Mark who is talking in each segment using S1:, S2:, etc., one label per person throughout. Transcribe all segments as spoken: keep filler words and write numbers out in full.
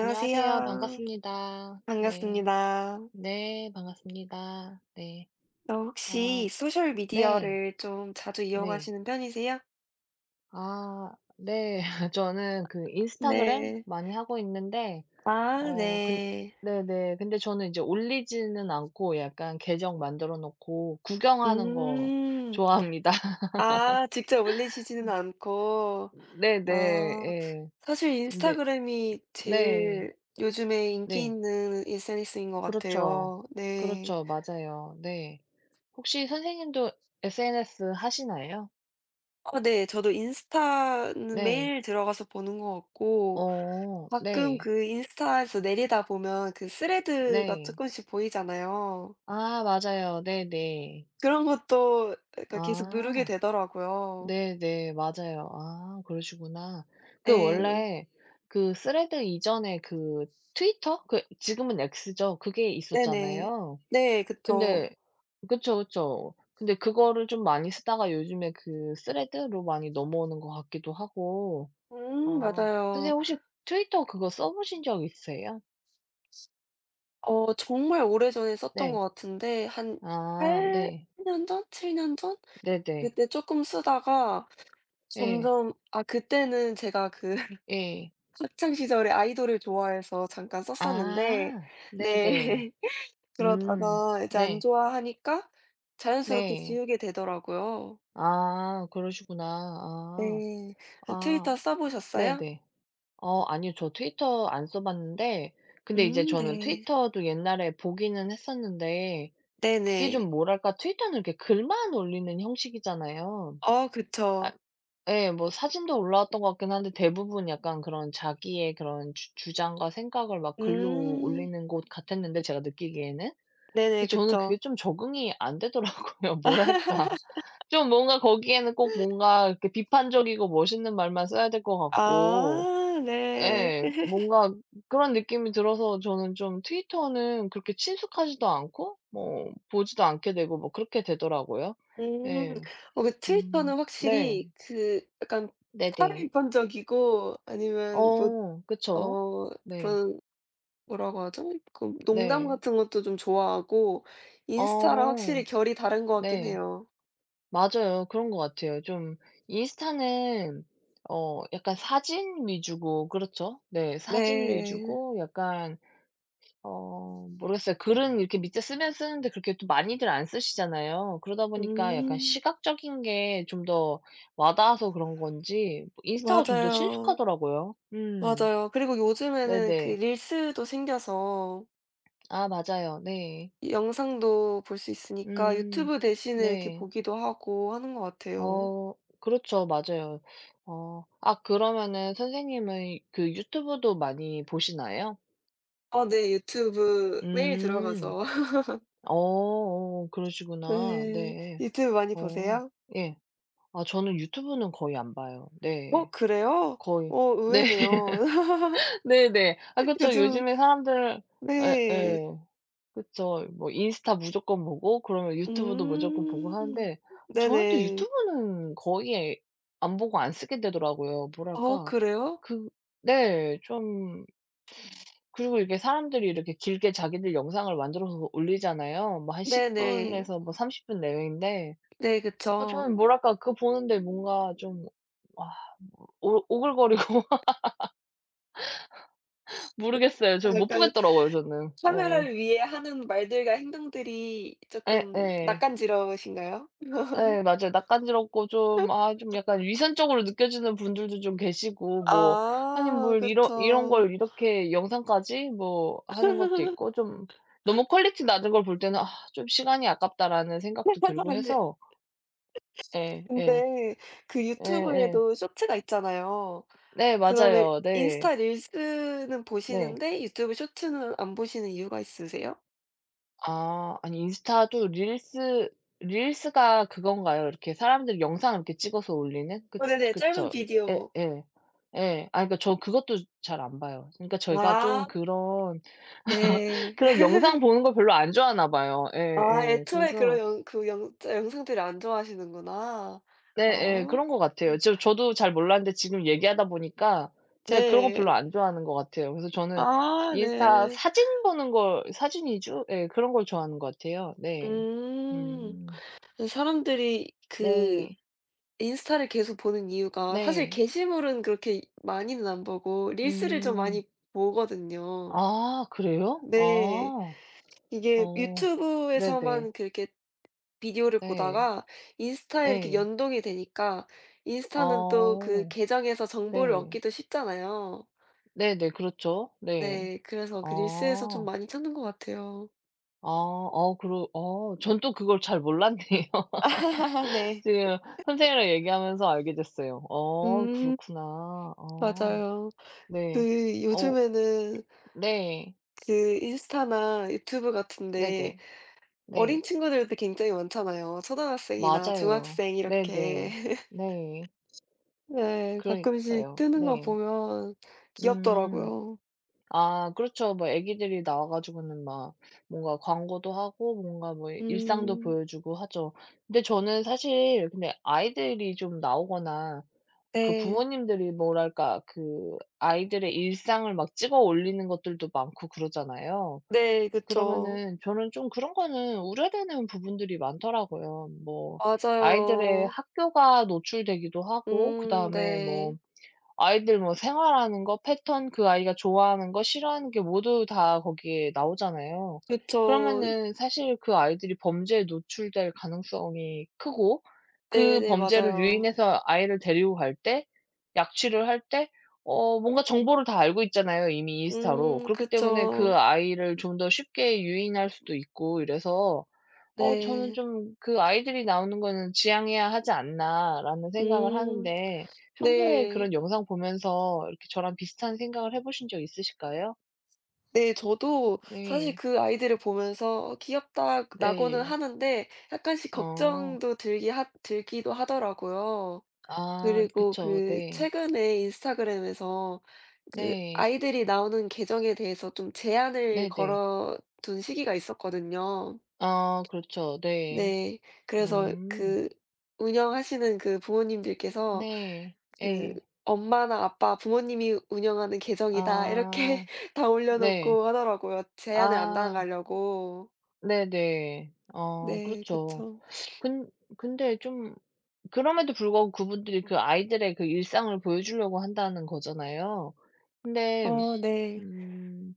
S1: 안녕하세요. 반갑습니다. 네.
S2: 반갑습니다.
S1: 네. 반갑습니다. 네.
S2: 어
S1: 아
S2: 혹시 소셜
S1: 네.
S2: 미디어를 좀 자주
S1: 네.
S2: 이용하시는 편이세요?
S1: 아 네. 저는 그 인스타그램
S2: 네.
S1: 많이 하고 있는데
S2: 아
S1: 어 근
S2: 네.
S1: 네네. 근데 저는 이제 올리지는 않고 약간 계정 만들어 놓고 구경하는 거
S2: 음.
S1: 좋아합니다.
S2: 아 직접 올리시지는 않고.
S1: 네네.
S2: 아.
S1: 예.
S2: 사실
S1: 네
S2: 인스타그램이
S1: 네.
S2: 제일 요즘에 인기
S1: 네.
S2: 있는 에스엔에스인 것
S1: 그렇죠.
S2: 같아요. 네.
S1: 그렇죠. 맞아요. 네. 혹시 선생님도 에스엔에스 하시나요?
S2: 어 네. 저도 인스타는
S1: 네.
S2: 매일 들어가서 보는 것 같고,
S1: 어
S2: 가끔
S1: 네.
S2: 그 인스타에서 내리다 보면 그 스레드가 조
S1: 네.
S2: 금씩 보이잖아요.
S1: 아 맞아요. 네네.
S2: 그런 것도, 그러니까 계속 누르게
S1: 아
S2: 되더라고요.
S1: 네네. 맞아요. 아 그러시구나. 그
S2: 예.
S1: 원래 그 스레드 이전에 그 트위터? 그 지금은 엑스죠. 그게
S2: 네네.
S1: 있었잖아요.
S2: 네 그쵸.
S1: 근데 그쵸, 그쵸. 근데 그거를 좀 많이 쓰다가 요즘에 그 스레드로 많이 넘어오는 것 같기도 하고.
S2: 음
S1: 아 선생님
S2: 맞아요.
S1: 혹시 트위터 그거 써 보신 적 있으세요?
S2: 어 정말 오래전에 썼던
S1: 네.
S2: 것 같은데, 한
S1: 아
S2: 8
S1: 네.
S2: 년 전? 칠 년 전?
S1: 네네.
S2: 그때 쪼끔 쓰다가
S1: 예.
S2: 점점, 아 그때는 제가 그
S1: 예.
S2: 학창 시절에 아이돌을 좋아해서 잠깐 썼었는데,
S1: 아. 네네.
S2: 네.
S1: 음.
S2: 그러다가 이제 안
S1: 네.
S2: 좋아하니까 자연스럽게
S1: 네.
S2: 지우게 되더라고요.
S1: 아 그러시구나. 아.
S2: 네. 아
S1: 아
S2: 트위터 써 보셨어요?
S1: 네네. 어 아니요. 저 트위터 안 써 봤는데 근데 이제
S2: 음
S1: 저는
S2: 네.
S1: 트위터도 옛날에 보기는 했었는데 그게
S2: 네네.
S1: 좀 뭐랄까 트위터는 이렇게 글만 올리는 형식이잖아요.
S2: 어
S1: 아
S2: 그쵸.
S1: 예 뭐 사진도 올라왔던 것 같긴 한데 대부분 약간 그런 자기의 그런 주 주장과 생각을 막 글로
S2: 음.
S1: 올리는 곳 같았는데 제가 느끼기에는. 근데
S2: 네네.
S1: 저는
S2: 그쵸.
S1: 그게 좀 적응이 안 되더라고요. 뭐랄까. 좀 뭔가 거기에는 꼭 뭔가 이렇게 비판적이고 멋있는 말만 써야 될 것 같고
S2: 아 네.
S1: 예. 뭔가 그런 느낌이 들어서 저는 좀 트위터는 그렇게 친숙하지도 않고 뭐 보지도 않게 되고 뭐 그렇게 되더라고요.
S2: 음.
S1: 예.
S2: 어 그
S1: 음.
S2: 트위터는
S1: 네.
S2: 확실히 그 약간
S1: 네네.
S2: 탈일반적이고, 아니면 뭐
S1: 어. 그쵸.
S2: 어
S1: 네.
S2: 그런, 뭐라고 하죠? 그 농담
S1: 네.
S2: 같은 것도 좀 좋아하고, 인스타랑
S1: 어.
S2: 확실히 결이 다른 것 같긴
S1: 네.
S2: 해요.
S1: 맞아요. 그런 것 같아요. 좀 인스타는 어 약간 사진 위주고 그렇죠. 네. 사진
S2: 네.
S1: 위주고 약간 어 모르겠어요. 글은 이렇게 밑에 쓰면 쓰는데 그렇게 또 많이들 안 쓰시잖아요. 그러다 보니까 약간
S2: 음.
S1: 시각적인 게 좀 더 와닿아서 그런 건지 뭐 인스타가 좀 더
S2: 맞아요.
S1: 친숙하더라고요. 음.
S2: 맞아요. 그리고 요즘에는 그
S1: 네네.
S2: 릴스도 생겨서
S1: 아 맞아요. 네.
S2: 이 영상도 볼 수 있으니까,
S1: 음.
S2: 유튜브 대신에 이렇게
S1: 네.
S2: 보기도 하고 하는 것 같아요.
S1: 어 그렇죠. 맞아요. 어 아 그러면은 선생님은 그 유튜브도 많이 보시나요?
S2: 아 네. 유튜브 매일
S1: 음.
S2: 들어가죠.
S1: 어 어 그러시구나.
S2: 네.
S1: 네.
S2: 유튜브 많이
S1: 어
S2: 보세요?
S1: 예. 아 저는 유튜브는 거의 안 봐요. 네.
S2: 어 그래요?
S1: 거의
S2: 어
S1: 네.
S2: 의외네요.
S1: 네네. 아 그쵸.
S2: 요즘
S1: 요즘에 사람들 에
S2: 네.
S1: 에. 그쵸. 뭐 인스타 무조건 보고 그러면 유튜브도 무조건 보고
S2: 음.
S1: 하는데 저는 또
S2: 네네.
S1: 유튜브는 거의 안 보고 안 쓰게 되더라고요.
S2: 어
S1: 뭐랄까.
S2: 그래요?
S1: 그 네. 좀 그리고 이게 사람들이 이렇게 길게 자기들 영상을 만들어서 올리잖아요. 뭐 한 십
S2: 네네.
S1: 분에서 뭐 삼십 분 내외인데
S2: 네
S1: 아
S2: 그쵸.
S1: 저는 뭐랄까 그거 보는데 뭔가 좀 아 오 오글거리고 모르겠어요. 저 못
S2: 약간
S1: 보겠더라고요 저는. 예예.
S2: 카메라를 위해 하는 말들과 행동들이 조금
S1: 예예.
S2: 낯간지러우신가요?
S1: 예 맞아요. 낯간지럽고 좀 아 좀 약간 위선적으로 느껴지는 분들도 좀 계시고 뭐 아니
S2: 아
S1: 뭘 이런 이런
S2: 그쵸.
S1: 걸 이렇게 영상까지 뭐 하는 것도 있고 좀 너무 퀄리티 낮은 걸 볼 때는 '아 좀 시간이 아깝다.'라는 생각도 들고
S2: 한데
S1: 해서 예 예.
S2: 근데 그
S1: 예예.
S2: 유튜브에도 쇼츠가 있잖아요.
S1: 네
S2: 그러면
S1: 맞아요. 네.
S2: 인스타 릴스는
S1: 네.
S2: 보시는데 유튜브 쇼츠는 안 보시는 이유가 있으세요?
S1: 아 아니 인스타도 릴스 릴스가 그건가요? 이렇게 사람들이 영상을 이렇게 찍어서 올리는? 그
S2: 어 네네. 짧은
S1: 그쵸. 예
S2: 비디오.
S1: 예. 예. 아 그러니까 저 그것도 잘 안 봐요. 그러니까 저희가 좀
S2: 아
S1: 그런
S2: 네.
S1: 그런 영상 보는 걸 별로 안 좋아하나 봐요.
S2: 아
S1: 예예.
S2: 애초에 그런
S1: 그래서
S2: 영 그 영 영상들을 안 좋아하시는구나.
S1: 네예.
S2: 아.
S1: 그런 것 같아요.
S2: 음
S1: 저 저도 잘 몰랐는데 지금 얘기하다 보니까 제가 그런 거
S2: 네.
S1: 별로 안 좋아하는 것 같아요. 그래서 저는
S2: 아
S1: 인스타
S2: 네.
S1: 사진 보는 걸 사진 위주? 예. 그런 걸 좋아하는 것 같아요. 네.
S2: 음.
S1: 음.
S2: 근데 사람들이 그
S1: 네.
S2: 인스타를 계속 보는 이유가, 사실
S1: 네.
S2: 게시물은 그렇게 많이는 안 보고 릴스를 좀
S1: 음.
S2: 많이 보거든요.
S1: 아 그래요?
S2: 네.
S1: 아.
S2: 이게
S1: 어. 네네.
S2: 유튜브에서만 그렇게 비디오를
S1: 네.
S2: 보다가 인스타에 이렇게
S1: 예.
S2: 연동이 되니까, 인스타는 또 그
S1: 어.
S2: 계정에서 정보를
S1: 네.
S2: 얻기도 쉽잖아요.
S1: 네네. 그렇죠. 네.
S2: 네. 그래서 그 릴스에서
S1: 아.
S2: 좀 많이 찾는 것 같아요.
S1: 아. 어 그러 어 전 또 그걸 잘 몰랐네요.
S2: 네.
S1: 지금 선생님이랑 얘기하면서 알게 됐어요. 어
S2: 음
S1: 그렇구나. 아.
S2: 맞아요. 그
S1: 네. 어
S2: 요즘에는
S1: 네.
S2: 그 인스타나 유튜브 같은데
S1: 네네.
S2: 어린
S1: 네.
S2: 친구들도 굉장히 많잖아요. 초등학생이나
S1: 맞아요.
S2: 중학생 이렇게.
S1: 네네. 네.
S2: 네. 가끔씩
S1: 그러니까요.
S2: 뜨는 거
S1: 네.
S2: 보면
S1: 음.
S2: 귀엽더라고요.
S1: 아 그렇죠. 뭐 애기들이 나와 가지고는 막 뭔가 광고도 하고 뭔가 뭐 일상도
S2: 음.
S1: 보여주고 하죠. 근데 저는 사실 근데 아이들이 좀 나오거나 그
S2: 네.
S1: 부모님들이 뭐랄까 그 아이들의 일상을 막 찍어 올리는 것들도 많고 그러잖아요.
S2: 네. 그쵸.
S1: 그러면은 저는 좀 그런 거는 우려되는 부분들이 많더라고요. 뭐 아이들의
S2: 맞아요.
S1: 학교가 노출되기도 하고
S2: 음
S1: 그다음에 뭐
S2: 네.
S1: 아이들 뭐 생활하는 거, 패턴, 그 아이가 좋아하는 거, 싫어하는 게 모두 다 거기에 나오잖아요.
S2: 그쵸.
S1: 그러면은 사실 그 아이들이 범죄에 노출될 가능성이 크고 그
S2: 네네.
S1: 범죄를
S2: 맞아요.
S1: 유인해서 아이를 데리고 갈 때 약취를 할 때 어 뭔가 정보를 다 알고 있잖아요, 이미 인스타로.
S2: 음
S1: 그렇기 때문에 그
S2: 그쵸.
S1: 아이를 좀 더 쉽게 유인할 수도 있고 이래서 어 저는
S2: 네.
S1: 좀 '그 아이들이 나오는 거는 지양해야 하지 않나.'라는 생각을
S2: 음.
S1: 하는데 평소에
S2: 네.
S1: 그런 영상 보면서 이렇게 저랑 비슷한 생각을 해 보신 적 있으실까요?
S2: 네. 저도 사실
S1: 네.
S2: 그 아이들을 보면서 '어 귀엽다.'라고는
S1: 네.
S2: 하는데, 약간씩
S1: 어.
S2: 걱정도 들기 하 들기도 하더라고요.
S1: 아
S2: 그리고
S1: 그쵸.
S2: 그
S1: 네.
S2: 최근에 인스타그램에서 그
S1: 네.
S2: 아이들이 나오는 계정에 대해서 좀 제한을
S1: 네네.
S2: 걸어 둔 시기가 있었거든요.
S1: 아 그렇죠. 네.
S2: 네. 그래서
S1: 음.
S2: 그 운영하시는 그 부모님들께서
S1: 네.
S2: 그
S1: 예.
S2: 엄마나 아빠 부모님이 운영하는 계정이다
S1: 아
S2: 이렇게 다
S1: 네.
S2: 올려놓고 하더라고요. 제한을 안
S1: 아
S2: 당하려고.
S1: 네네. 어
S2: 네
S1: 그렇죠.
S2: 그쵸.
S1: 근 근데 좀 그럼에도 불구하고 그분들이 그 아이들의 그 일상을 보여주려고 한다는 거잖아요. 근데
S2: 어 네.
S1: 음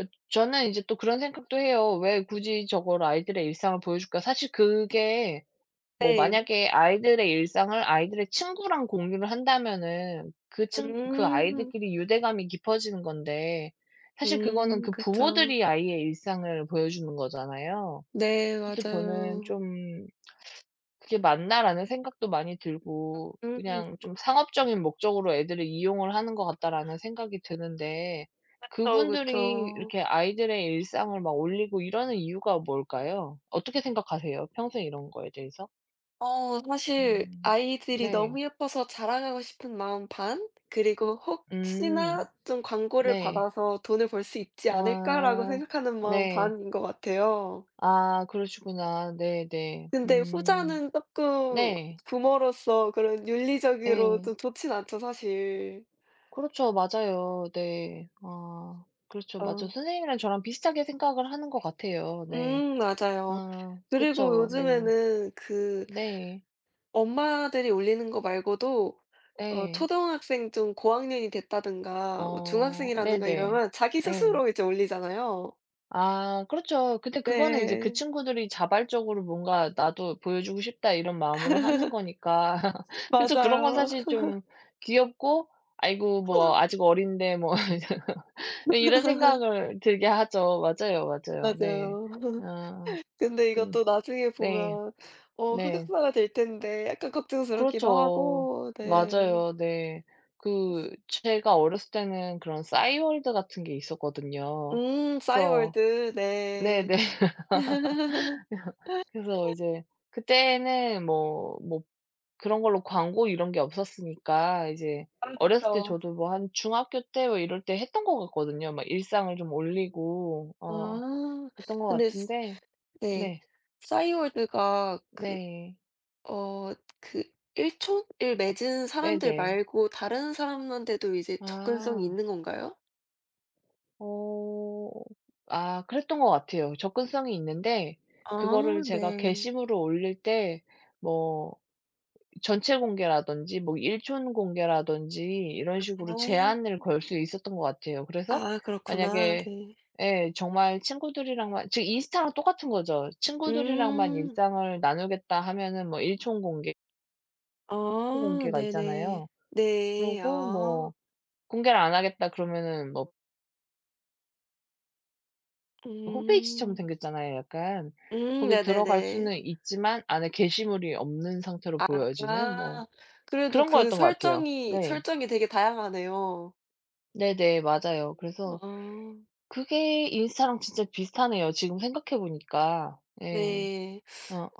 S1: 어 저는 이제 또 그런 생각도 해요. '왜 굳이 저걸 아이들의 일상을 보여줄까?' 사실 그게 뭐
S2: 네.
S1: 만약에 아이들의 일상을 아이들의 친구랑 공유를 한다면은 그 친 그
S2: 음.
S1: 아이들끼리 유대감이 깊어지는 건데 사실 그거는
S2: 음
S1: 그
S2: 그쵸.
S1: 부모들이 아이의 일상을 보여주는 거잖아요.
S2: 네
S1: 그래서 저는
S2: 맞아요.
S1: 좀 '그게 맞나?'라는 생각도 많이 들고
S2: 음
S1: 그냥 좀 '상업적인 목적으로 애들을 이용을 하는 것 같다.'라는 생각이 드는데
S2: 그쵸,
S1: 그분들이
S2: 그쵸.
S1: 이렇게 아이들의 일상을 막 올리고 이러는 이유가 뭘까요? 어떻게 생각하세요? 평소에 이런 거에 대해서?
S2: 어 사실
S1: 음.
S2: 아이들이
S1: 네.
S2: 너무 예뻐서 자랑하고 싶은 마음 반, 그리고 '혹시나
S1: 음.
S2: 좀 광고를
S1: 네.
S2: 받아서 돈을 벌 수 있지 않을까?'라고
S1: 아.
S2: 생각하는 마음
S1: 네.
S2: 반인 것 같아요.
S1: 아 그러시구나. 네네.
S2: 근데
S1: 음.
S2: 후자는 쪼끔
S1: 네.
S2: 부모로서 그런 윤리적으로
S1: 예.
S2: 좀 좋진 않죠 사실.
S1: 그렇죠. 맞아요. 네. 아 그렇죠. 맞죠.
S2: 어.
S1: 선생님이랑 저랑 비슷하게 생각을 하는 것 같아요. 네.
S2: 음 맞아요.
S1: 아
S2: 그리고
S1: 그쵸. 네.
S2: 요즘에는 그
S1: 네.
S2: 엄마들이 올리는 거 말고도 어
S1: 네.
S2: 초등학생 좀 고학년이 됐다든가 뭐
S1: 어
S2: 중학생이라든가
S1: 네네.
S2: 이러면 자기
S1: 네,
S2: 스스로 이제 올리잖아요.
S1: 아 그렇죠. 근데 그거는 이제 그
S2: 네.
S1: 친구들이 자발적으로 뭔가 '나도 보여주고 싶다.' 이런 마음으로 하는 거니까 그래서 그런 건
S2: 맞아요.
S1: 사실 좀 귀엽고 '아이고 뭐 아직 어린데 뭐' 이런 생각을 들게 하죠. 맞아요, 맞아요. 네.
S2: 맞아요.
S1: 아
S2: 근데
S1: 근
S2: 이것도 나중에
S1: 네.
S2: 보면 어
S1: 네.
S2: 흑역사가 될 텐데 약간 걱정스럽기도
S1: 그렇죠.
S2: 하고 네.
S1: 맞아요. 네. 그 제가 어렸을 때는 그런 싸이월드 같은 게 있었거든요.
S2: 음
S1: 그래서
S2: 싸이월드. 네.
S1: 네네. 그래서 이제 그때는 뭐 뭐 그런 걸로 광고 이런 게 없었으니까 이제
S2: 아
S1: 어렸을 때
S2: 그쵸.
S1: 저도 뭐 한 중학교 때 뭐 이럴 때 했던 것 같거든요. 막 일상을 좀 올리고 어
S2: 아
S1: 그랬던 것
S2: 근데 스
S1: 같은데
S2: 네.
S1: 네.
S2: 싸이월드가 그
S1: 네.
S2: 어 그 일촌을 맺은 사람들
S1: 네네.
S2: 말고 다른 사람한테도 이제 접근성이
S1: 아.
S2: 있는 건가요?
S1: 어. 아 그랬던 것 같아요. 접근성이 있는데 그거를
S2: 아
S1: 제가
S2: 네.
S1: 게시물을 올릴 때 뭐 전체 공개라든지 뭐 일촌 공개라든지 이런 식으로
S2: 아.
S1: 제한을 걸 수 있었던 것 같아요. 그래서
S2: 아 그렇구나.
S1: 만약에
S2: 네.
S1: 예 정말 친구들이랑만 즉 인스타랑 똑같은 거죠. 친구들이랑만
S2: 음.
S1: 일상을 나누겠다 하면은 뭐 일촌 공개, 일부
S2: 아
S1: 공개가
S2: 네네.
S1: 있잖아요.
S2: 네.
S1: 그러고
S2: 아.
S1: 뭐 공개를 안 하겠다 그러면은 뭐 홈페이지처럼
S2: 음.
S1: 생겼잖아요 약간.
S2: 음
S1: 거기 들어갈
S2: 네네네.
S1: 수는 있지만 안에 게시물이 없는 상태로 보여지는 뭐
S2: 아. 그래도
S1: 그런
S2: 그
S1: 거였던 것 같아요.
S2: 설정이
S1: 네.
S2: 설정이 되게 다양하네요.
S1: 네네. 맞아요. 그래서
S2: 아.
S1: 그게 인스타랑 진짜 비슷하네요 지금 생각해 보니까. 예.
S2: 네.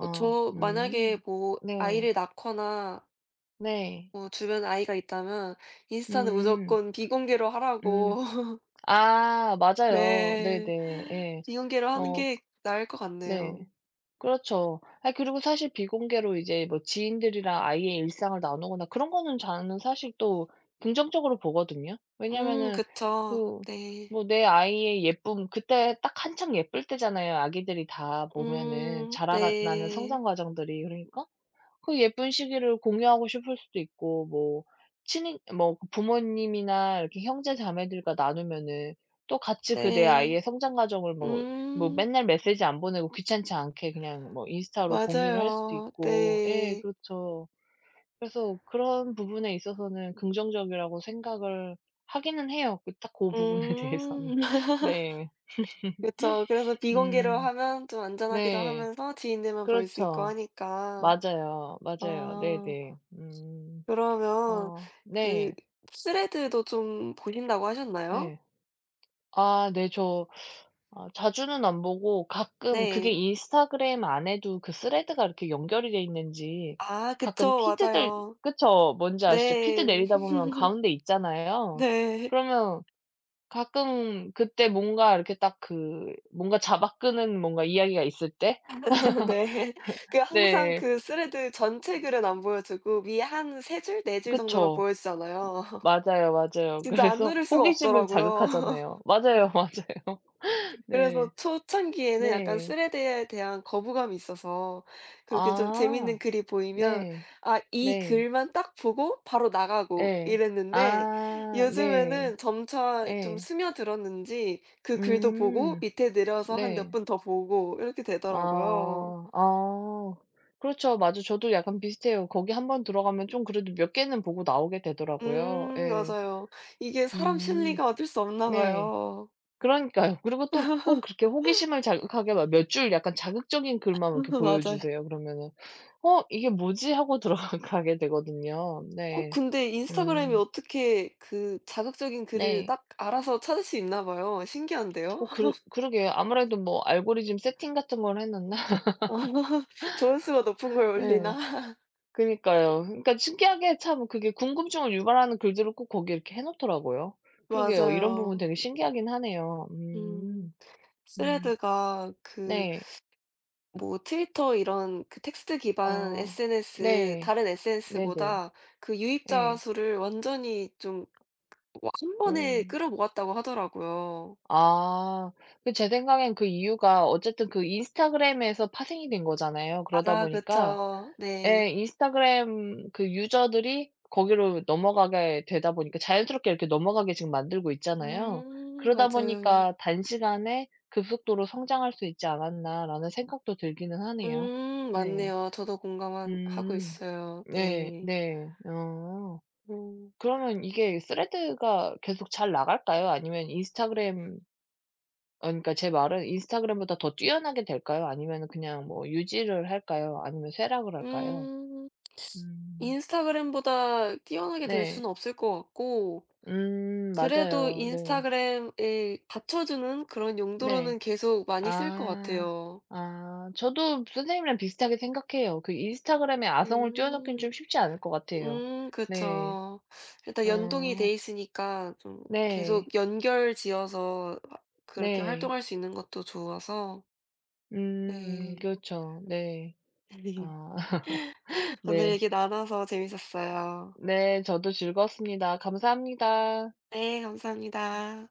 S2: 어 저 만약에
S1: 음.
S2: 뭐 아이를
S1: 네.
S2: 낳거나
S1: 네.
S2: 뭐 주변에 아이가 있다면 인스타는
S1: 음.
S2: 무조건 비공개로
S1: 음.
S2: 하라고.
S1: 아 맞아요.
S2: 네.
S1: 네네. 예.
S2: 비공개로 하는
S1: 어
S2: 게 나을 것 같네요.
S1: 네. 그렇죠. 아 그리고 사실 비공개로 이제 뭐 지인들이랑 아이의 일상을 나누거나 그런 거는 저는 사실 또 긍정적으로 보거든요.
S2: 음
S1: 왜냐면은
S2: 그쵸.
S1: 그
S2: 네.
S1: 뭐 내 아이의 예쁨 그때 딱 한창 예쁠 때잖아요, 아기들이 다 보면은
S2: 음
S1: 자라가 나는
S2: 네.
S1: 성장 과정들이. 그러니까 그 예쁜 시기를 공유하고 싶을 수도 있고 뭐 친인 뭐 그 부모님이나 이렇게 형제 자매들과 나누면은 또 같이 그 내
S2: 네.
S1: 아이의 성장 과정을 뭐 뭐
S2: 음
S1: 맨날 메시지 안 보내고 귀찮지 않게 그냥 뭐 인스타로 공유를 할 수도
S2: 맞아요.
S1: 있고 예
S2: 네.
S1: 그렇죠. 그래서 그런 부분에 있어서는 긍정적이라고 생각을 하기는 해요. 그 딱 그 부분에 대해서는.
S2: 음.
S1: 네.
S2: 그쵸. 그래서 비공개로
S1: 음.
S2: 하면 좀 안전하기도
S1: 네.
S2: 하면서 지인들만 볼 수 있고
S1: 그렇죠.
S2: 하니까.
S1: 맞아요. 맞아요.
S2: 아
S1: 네네. 음.
S2: 그러면
S1: 어
S2: 그
S1: 네.
S2: 스레드도 좀 보신다고 하셨나요?
S1: 네. 아 네. 저 아 자주는 안 보고 가끔 그게
S2: 네.
S1: 인스타그램 안에도 그 스레드가 이렇게 연결이 돼 있는지
S2: 아
S1: 가끔
S2: 그쵸.
S1: 피드들
S2: 맞아요.
S1: 그쵸. 뭔지 아시죠? 피드
S2: 네.
S1: 내리다 보면 가운데 있잖아요.
S2: 네.
S1: 그러면 가끔 그때 뭔가 이렇게 딱 그 뭔가 잡아끄는 뭔가 이야기가 있을 때
S2: 네. 그 항상
S1: 네.
S2: 그 스레드 전체 글은 안 보여 주고 위에 한 세 줄, 네 줄 정도만
S1: 그쵸.
S2: 보여 주잖아요.
S1: 맞아요, 맞아요.
S2: 진짜 안
S1: 그래서
S2: 누를 수가
S1: 호기심을
S2: 없더라고요.
S1: 자극하잖아요. 맞아요, 맞아요.
S2: 그래서
S1: 네.
S2: 초창기에는 약간
S1: 네.
S2: 스레드에 대한 거부감이 있어서 그렇게 좀
S1: 아.
S2: 재밌는 글이 보이면
S1: 네.
S2: 아 이
S1: 네.
S2: 글만 딱 보고 바로 나가고
S1: 예.
S2: 이랬는데,
S1: 아 네.
S2: 요즘에는 점차 좀
S1: 예.
S2: 스며들었는지 그 글도 보고
S1: 음.
S2: 밑에 내려서 한 몇
S1: 네.
S2: 분 더 보고 이렇게 되더라고요.
S1: 아. 아. 그렇죠. 맞아 저도 약간 비슷해요. 거기 한번 들어가면 좀 그래도 몇 개는 보고 나오게 되더라고요.
S2: 음
S1: 예.
S2: 맞아요. 이게 사람
S1: 음.
S2: 심리가 어쩔 수 없나
S1: 네.
S2: 봐요.
S1: 그러니까요. 그리고 또 꼭 그렇게 호기심을 자극하게 막 몇 줄 약간 자극적인 글만 이렇게 보여
S2: 맞아요.
S1: 주세요. 그러면은 '어 이게 뭐지?' 하고 들어가게 되거든요.
S2: 어
S1: 네.
S2: 근데 인스타그램이
S1: 음.
S2: 어떻게 그 자극적인 글을
S1: 네.
S2: 딱 알아서 찾을 수 있나 봐요. 신기한데요?
S1: 어 그러 그러게요. 아무래도 뭐 알고리즘 세팅 같은 걸 했었나?
S2: 아 조회수가 높은 걸
S1: 예.
S2: 올리나?
S1: 그니까요. 그러니까 신기하게 참 그게 궁금증을 유발하는 글들을 꼭 거기에 이렇게 해 놓더라고요. 그러게요. 이런 부분
S2: 맞아요.
S1: 되게 신기하긴 하네요.
S2: 음.
S1: 음. 음.
S2: 스레드가 그
S1: 네.
S2: 뭐 트위터 이런 그 텍스트 기반
S1: 아.
S2: 에스엔에스,
S1: 네.
S2: 다른
S1: 네네.
S2: 에스엔에스보다 그 유입자
S1: 예.
S2: 수를 완전히 좀 와 한 번에
S1: 음.
S2: 끌어 모았다고 하더라고요.
S1: 아. 그 제 생각엔 그 이유가 어쨌든 그 인스타그램에서 파생이 된 거잖아요. 그러다
S2: 아
S1: 보니까
S2: 그쵸.
S1: 예.
S2: 네.
S1: 인스타그램 그 유저들이 거기로 넘어가게 되다 보니까 자연스럽게 이렇게 넘어가게 지금 만들고 있잖아요.
S2: 음
S1: 그러다
S2: 맞아요.
S1: 보니까 '단시간에 급속도로 성장할 수 있지 않았나.'라는 생각도 들기는 하네요.
S2: 음
S1: 네.
S2: 맞네요. 저도 공감 하고
S1: 음.
S2: 있어요.
S1: 네.
S2: 네.
S1: 네. 어.
S2: 음.
S1: 그러면 이게 thread가 계속 잘 나갈까요? 아니면 인스타그램 어 그러니까 제 말은 인스타그램보다 더 뛰어나게 될까요? 아니면은 그냥 뭐 유지를 할까요? 아니면 쇠락을 할까요?
S2: 음
S1: 음.
S2: 인스타그램보다 뛰어나게 될
S1: 네.
S2: 수는 없을 것 같고,
S1: 음
S2: 그래도
S1: 맞아요. 네.
S2: 인스타그램을 받쳐주는 그런 용도로는
S1: 네.
S2: 계속 많이 쓸 것
S1: 아.
S2: 같아요.
S1: 아 저도 선생님이랑 비슷하게 생각해요. 그 인스타그램에 아성을 띄워넣기는 좀
S2: 음.
S1: 쉽지 않을 것 같아요.
S2: 음
S1: 네.
S2: 그쵸. 일단 연동이
S1: 어.
S2: 돼 있으니까 좀
S1: 네.
S2: 계속 연결지어서 아 그렇게
S1: 네.
S2: 활동할 수 있는 것도 좋아서
S1: 음
S2: 네.
S1: 그렇죠. 네. 아
S2: 오늘
S1: 네.
S2: 얘기 나눠서 재밌었어요.
S1: 네 저도 즐거웠습니다. 감사합니다.
S2: 네, 감사합니다.